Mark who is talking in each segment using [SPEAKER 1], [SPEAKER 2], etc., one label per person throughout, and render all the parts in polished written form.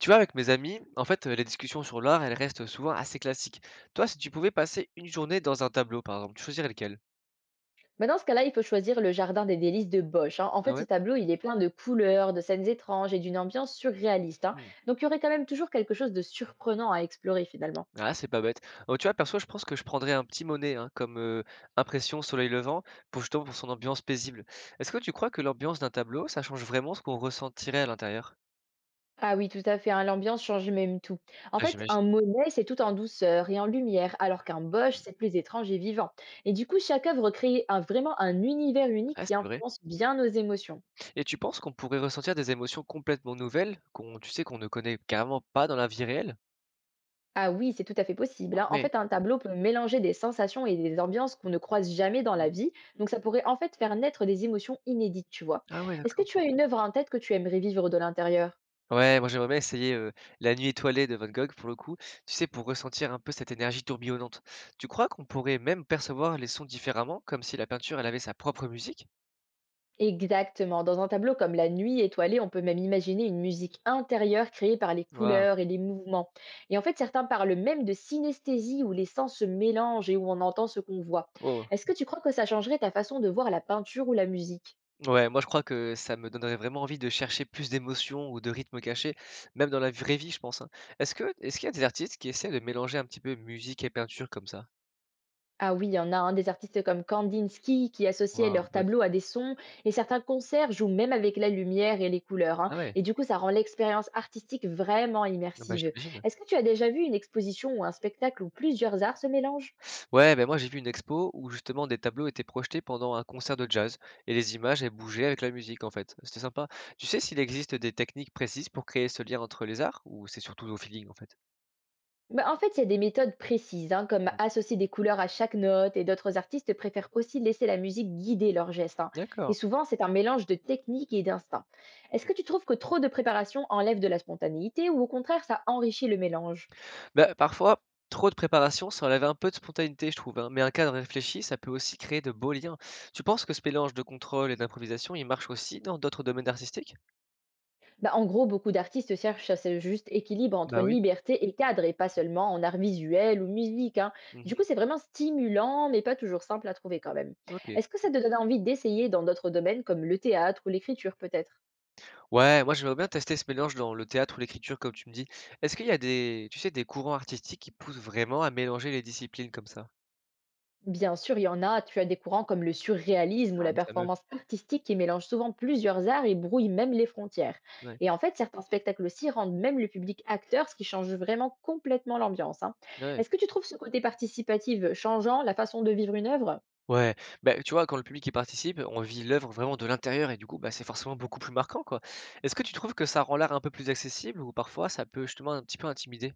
[SPEAKER 1] Tu vois, avec mes amis, en fait, les discussions sur l'art, elles restent souvent assez classiques. Toi, si tu pouvais passer une journée dans un tableau, par exemple, tu choisirais lequel?
[SPEAKER 2] Bah, dans ce cas-là, il faut choisir le Jardin des délices de Bosch, hein. En
[SPEAKER 1] Ah
[SPEAKER 2] fait, ce
[SPEAKER 1] ouais?
[SPEAKER 2] tableau, il est plein de couleurs, de scènes étranges et d'une ambiance surréaliste, hein.
[SPEAKER 1] Hmm.
[SPEAKER 2] Donc, il y aurait quand même toujours quelque chose de surprenant à explorer finalement.
[SPEAKER 1] Ah, c'est pas bête. Oh, tu vois, perso, je pense que je prendrais un petit Monet, hein, comme Impression, Soleil levant, pour justement pour son ambiance paisible. Est-ce que tu crois que l'ambiance d'un tableau, ça change vraiment ce qu'on ressentirait à l'intérieur?
[SPEAKER 2] Ah oui, tout à fait, hein. L'ambiance change même tout. En
[SPEAKER 1] Ah,
[SPEAKER 2] fait, un
[SPEAKER 1] j'imagine.
[SPEAKER 2] Monet, c'est tout en douceur et en lumière, alors qu'un Bosch, c'est plus étrange et vivant. Et du coup, chaque œuvre crée vraiment un univers unique
[SPEAKER 1] Ah,
[SPEAKER 2] qui
[SPEAKER 1] c'est vrai.
[SPEAKER 2] influence bien nos émotions.
[SPEAKER 1] Et tu penses qu'on pourrait ressentir des émotions complètement nouvelles, qu'on, tu sais, qu'on ne connaît carrément pas dans la vie réelle?
[SPEAKER 2] Ah oui, c'est tout à fait possible,
[SPEAKER 1] Ah
[SPEAKER 2] hein. En
[SPEAKER 1] ouais.
[SPEAKER 2] fait, un tableau peut mélanger des sensations et des ambiances qu'on ne croise jamais dans
[SPEAKER 1] Hmm.
[SPEAKER 2] la vie. Donc, ça pourrait en fait faire naître des émotions inédites, tu vois.
[SPEAKER 1] Ah ouais,
[SPEAKER 2] Est-ce que
[SPEAKER 1] d'accord.
[SPEAKER 2] tu as une œuvre en tête que tu aimerais vivre de l'intérieur?
[SPEAKER 1] Ouais, moi j'aimerais bien essayer, La nuit étoilée de Van Gogh pour le coup, tu sais, pour ressentir un peu cette énergie tourbillonnante. Tu crois qu'on pourrait même percevoir les sons différemment, comme si la peinture elle avait sa propre musique?
[SPEAKER 2] Exactement. Dans un tableau comme La Nuit étoilée, on peut même imaginer une musique intérieure créée par les
[SPEAKER 1] Waouh!
[SPEAKER 2] couleurs et les mouvements. Et en fait, certains parlent même de synesthésie où les sens se mélangent et où on entend ce qu'on voit.
[SPEAKER 1] Oh!
[SPEAKER 2] Est-ce que tu crois que ça changerait ta façon de voir la peinture ou la musique?
[SPEAKER 1] Ouais, moi je crois que ça me donnerait vraiment envie de chercher plus d'émotions ou de rythmes cachés, même dans la vraie vie je pense, hein. Est-ce qu'il y a des artistes qui essaient de mélanger un petit peu musique et peinture comme ça?
[SPEAKER 2] Ah oui, il y en a un. Des artistes comme Kandinsky qui associaient
[SPEAKER 1] Waouh,
[SPEAKER 2] leurs
[SPEAKER 1] boss!
[SPEAKER 2] tableaux à des sons et certains concerts jouent même avec la lumière et les couleurs, hein.
[SPEAKER 1] Ah ouais,
[SPEAKER 2] Et du coup, ça rend l'expérience artistique vraiment
[SPEAKER 1] ah bah
[SPEAKER 2] immersive.
[SPEAKER 1] j'imagine.
[SPEAKER 2] Est-ce que tu as déjà vu une exposition ou un spectacle où plusieurs arts se mélangent?
[SPEAKER 1] Ouais, ben moi j'ai vu une expo où justement des tableaux étaient projetés pendant un concert de jazz et les images elles bougeaient avec la musique en fait. C'était sympa. Tu sais s'il existe des techniques précises pour créer ce lien entre les arts ou c'est surtout au feeling en fait?
[SPEAKER 2] Bah, en fait, il y a des méthodes précises, hein, comme
[SPEAKER 1] Mm.
[SPEAKER 2] associer des couleurs à chaque note, et d'autres artistes préfèrent aussi laisser la musique guider leurs gestes, hein. Et
[SPEAKER 1] D'accord.
[SPEAKER 2] souvent, c'est un mélange de technique et d'instinct. Est-ce
[SPEAKER 1] Mm.
[SPEAKER 2] que tu trouves que trop de préparation enlève de la spontanéité ou, au contraire, ça enrichit le mélange?
[SPEAKER 1] Ben, parfois, trop de préparation, ça enlève un peu de spontanéité, je trouve, hein. Mais un cadre réfléchi, ça peut aussi créer de beaux liens. Tu penses que ce mélange de contrôle et d'improvisation, il marche aussi dans d'autres domaines artistiques?
[SPEAKER 2] Bah, en gros, beaucoup d'artistes cherchent ce juste équilibre entre
[SPEAKER 1] Bah oui.
[SPEAKER 2] liberté et cadre, et pas seulement en art visuel ou musique, hein. Du coup,
[SPEAKER 1] Mhm.
[SPEAKER 2] c'est vraiment stimulant, mais pas toujours simple à trouver quand même.
[SPEAKER 1] Ok.
[SPEAKER 2] Est-ce que ça te donne envie d'essayer dans d'autres domaines comme le théâtre ou l'écriture peut-être?
[SPEAKER 1] Ouais, moi j'aimerais bien tester ce mélange dans le théâtre ou l'écriture, comme tu me dis. Est-ce qu'il y a des, tu sais, des courants artistiques qui poussent vraiment à mélanger les disciplines comme ça?
[SPEAKER 2] Bien sûr, il y en a. Tu as des courants comme le surréalisme
[SPEAKER 1] Ouais.
[SPEAKER 2] ou la
[SPEAKER 1] Les fameux.
[SPEAKER 2] performance artistique qui mélangent souvent plusieurs arts et brouillent même les frontières.
[SPEAKER 1] Ouais.
[SPEAKER 2] Et en fait, certains spectacles aussi rendent même le public acteur, ce qui change vraiment complètement l'ambiance, hein.
[SPEAKER 1] Ouais.
[SPEAKER 2] Est-ce que tu trouves ce côté participatif changeant la façon de vivre une œuvre?
[SPEAKER 1] Ouais. Bah, tu vois, quand le public y participe, on vit l'œuvre vraiment de l'intérieur et du coup, bah, c'est forcément beaucoup plus marquant, quoi. Est-ce que tu trouves que ça rend l'art un peu plus accessible ou parfois ça peut justement un petit peu intimider?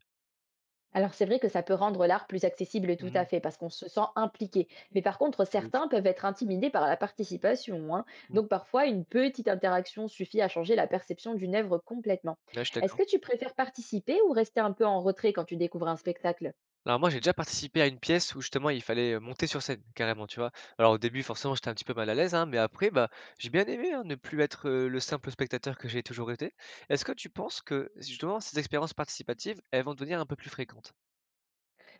[SPEAKER 2] Alors c'est vrai que ça peut rendre l'art plus accessible, tout à
[SPEAKER 1] Mhm.
[SPEAKER 2] fait, parce qu'on se sent impliqué. Mais par contre,
[SPEAKER 1] C'est de ouf.
[SPEAKER 2] certains peuvent être intimidés par la participation, hein.
[SPEAKER 1] Mhm.
[SPEAKER 2] Donc parfois, une petite interaction suffit à changer la perception d'une œuvre complètement.
[SPEAKER 1] Ouais, je suis
[SPEAKER 2] Est-ce
[SPEAKER 1] d'accord.
[SPEAKER 2] que tu préfères participer ou rester un peu en retrait quand tu découvres un spectacle?
[SPEAKER 1] Alors moi, j'ai déjà participé à une pièce où justement il fallait, monter sur scène carrément, tu vois? Alors au début, forcément, j'étais un petit peu mal à l'aise, hein, mais après, bah, j'ai bien aimé, hein, ne plus être, le simple spectateur que j'ai toujours été. Est-ce que tu penses que justement ces expériences participatives, elles vont devenir un peu plus fréquentes?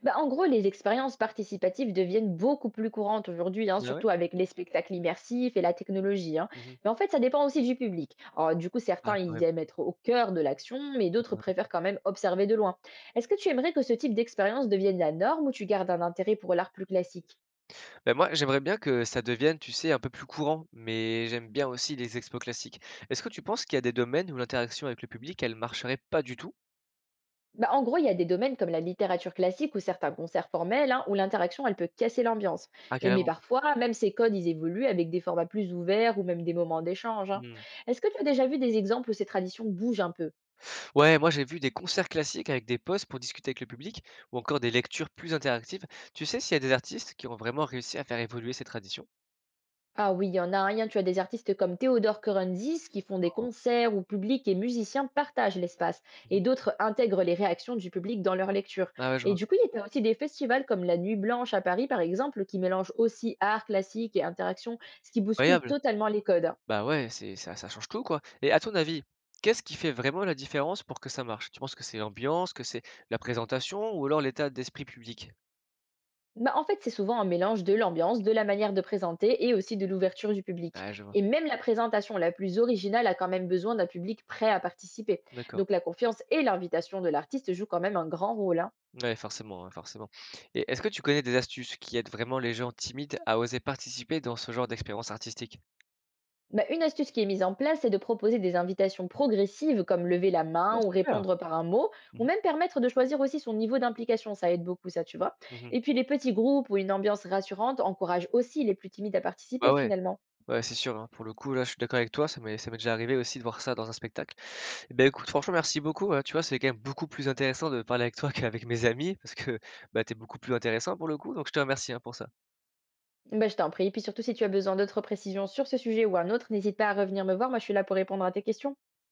[SPEAKER 2] Bah, en gros, les expériences participatives deviennent beaucoup plus courantes aujourd'hui, hein,
[SPEAKER 1] Ah ouais?
[SPEAKER 2] surtout avec les spectacles immersifs et la technologie, hein.
[SPEAKER 1] Mmh.
[SPEAKER 2] Mais en fait, ça dépend aussi du public. Alors, du coup, certains,
[SPEAKER 1] Ah quand
[SPEAKER 2] ils
[SPEAKER 1] même.
[SPEAKER 2] aiment être au cœur de l'action, mais d'autres préfèrent quand même observer de loin. Est-ce que tu aimerais que ce type d'expérience devienne la norme ou tu gardes un intérêt pour l'art plus classique?
[SPEAKER 1] Ben moi, j'aimerais bien que ça devienne, tu sais, un peu plus courant, mais j'aime bien aussi les expos classiques. Est-ce que tu penses qu'il y a des domaines où l'interaction avec le public, elle marcherait pas du tout?
[SPEAKER 2] Bah, en gros, il y a des domaines comme la littérature classique ou certains concerts formels, hein, où l'interaction, elle peut casser l'ambiance.
[SPEAKER 1] Ah
[SPEAKER 2] Et mais
[SPEAKER 1] carrément.
[SPEAKER 2] parfois, même ces codes, ils évoluent avec des formats plus ouverts ou même des moments d'échange, hein.
[SPEAKER 1] Mmh.
[SPEAKER 2] Est-ce que tu as déjà vu des exemples où ces traditions bougent un peu?
[SPEAKER 1] Ouais, moi j'ai vu des concerts classiques avec des postes pour discuter avec le public ou encore des lectures plus interactives. Tu sais s'il y a des artistes qui ont vraiment réussi à faire évoluer ces traditions?
[SPEAKER 2] Ah oui, il y en a rien. Tu as des artistes comme Théodore Kerenzis qui font des
[SPEAKER 1] Oh.
[SPEAKER 2] concerts où public et musiciens partagent l'espace
[SPEAKER 1] Mhm.
[SPEAKER 2] et d'autres intègrent les réactions du public dans leur lecture.
[SPEAKER 1] Ah ouais, je
[SPEAKER 2] Et
[SPEAKER 1] vois.
[SPEAKER 2] du coup, il y a aussi des festivals comme la Nuit Blanche à Paris, par exemple, qui mélangent aussi art classique et interaction, ce qui bouscule
[SPEAKER 1] Incroyable.
[SPEAKER 2] totalement les codes.
[SPEAKER 1] Bah ouais, c'est ça, ça change tout quoi. Et à ton avis, qu'est-ce qui fait vraiment la différence pour que ça marche? Tu penses que c'est l'ambiance, que c'est la présentation ou alors l'état d'esprit public?
[SPEAKER 2] Bah, en fait, c'est souvent un mélange de l'ambiance, de la manière de présenter et aussi de l'ouverture du public.
[SPEAKER 1] Ah, je vois.
[SPEAKER 2] Et même la présentation la plus originale a quand même besoin d'un public prêt à participer.
[SPEAKER 1] D'accord.
[SPEAKER 2] Donc la confiance et l'invitation de l'artiste jouent quand même un grand rôle, hein.
[SPEAKER 1] Ouais, forcément, ouais, forcément. Et est-ce que tu connais des astuces qui aident vraiment les gens timides à oser participer dans ce genre d'expérience artistique?
[SPEAKER 2] Bah, une astuce qui est mise en place, c'est de proposer des invitations progressives comme lever la
[SPEAKER 1] Ouais,
[SPEAKER 2] main ou
[SPEAKER 1] super.
[SPEAKER 2] répondre par un mot, ou
[SPEAKER 1] Mhm,
[SPEAKER 2] même permettre de choisir aussi son niveau d'implication. Ça aide beaucoup, ça, tu vois.
[SPEAKER 1] mhm.
[SPEAKER 2] Et puis les petits groupes ou une ambiance rassurante encouragent aussi les plus timides à participer
[SPEAKER 1] Bah ouais.
[SPEAKER 2] finalement.
[SPEAKER 1] Ouais, c'est sûr, hein. Pour le coup, là, je suis d'accord avec toi, ça m'est déjà arrivé aussi de voir ça dans un spectacle. Et beh, écoute, franchement, merci beaucoup, hein. Tu vois, c'est quand même beaucoup plus intéressant de parler avec toi qu'avec mes amis parce que, bah, tu beaucoup plus intéressant pour le coup, donc je te remercie, hein, pour ça.
[SPEAKER 2] Bah, je t'en prie. Et puis surtout, si tu as besoin d'autres précisions sur ce sujet ou un autre, n'hésite pas à revenir me voir. Moi, je suis là pour répondre à tes questions.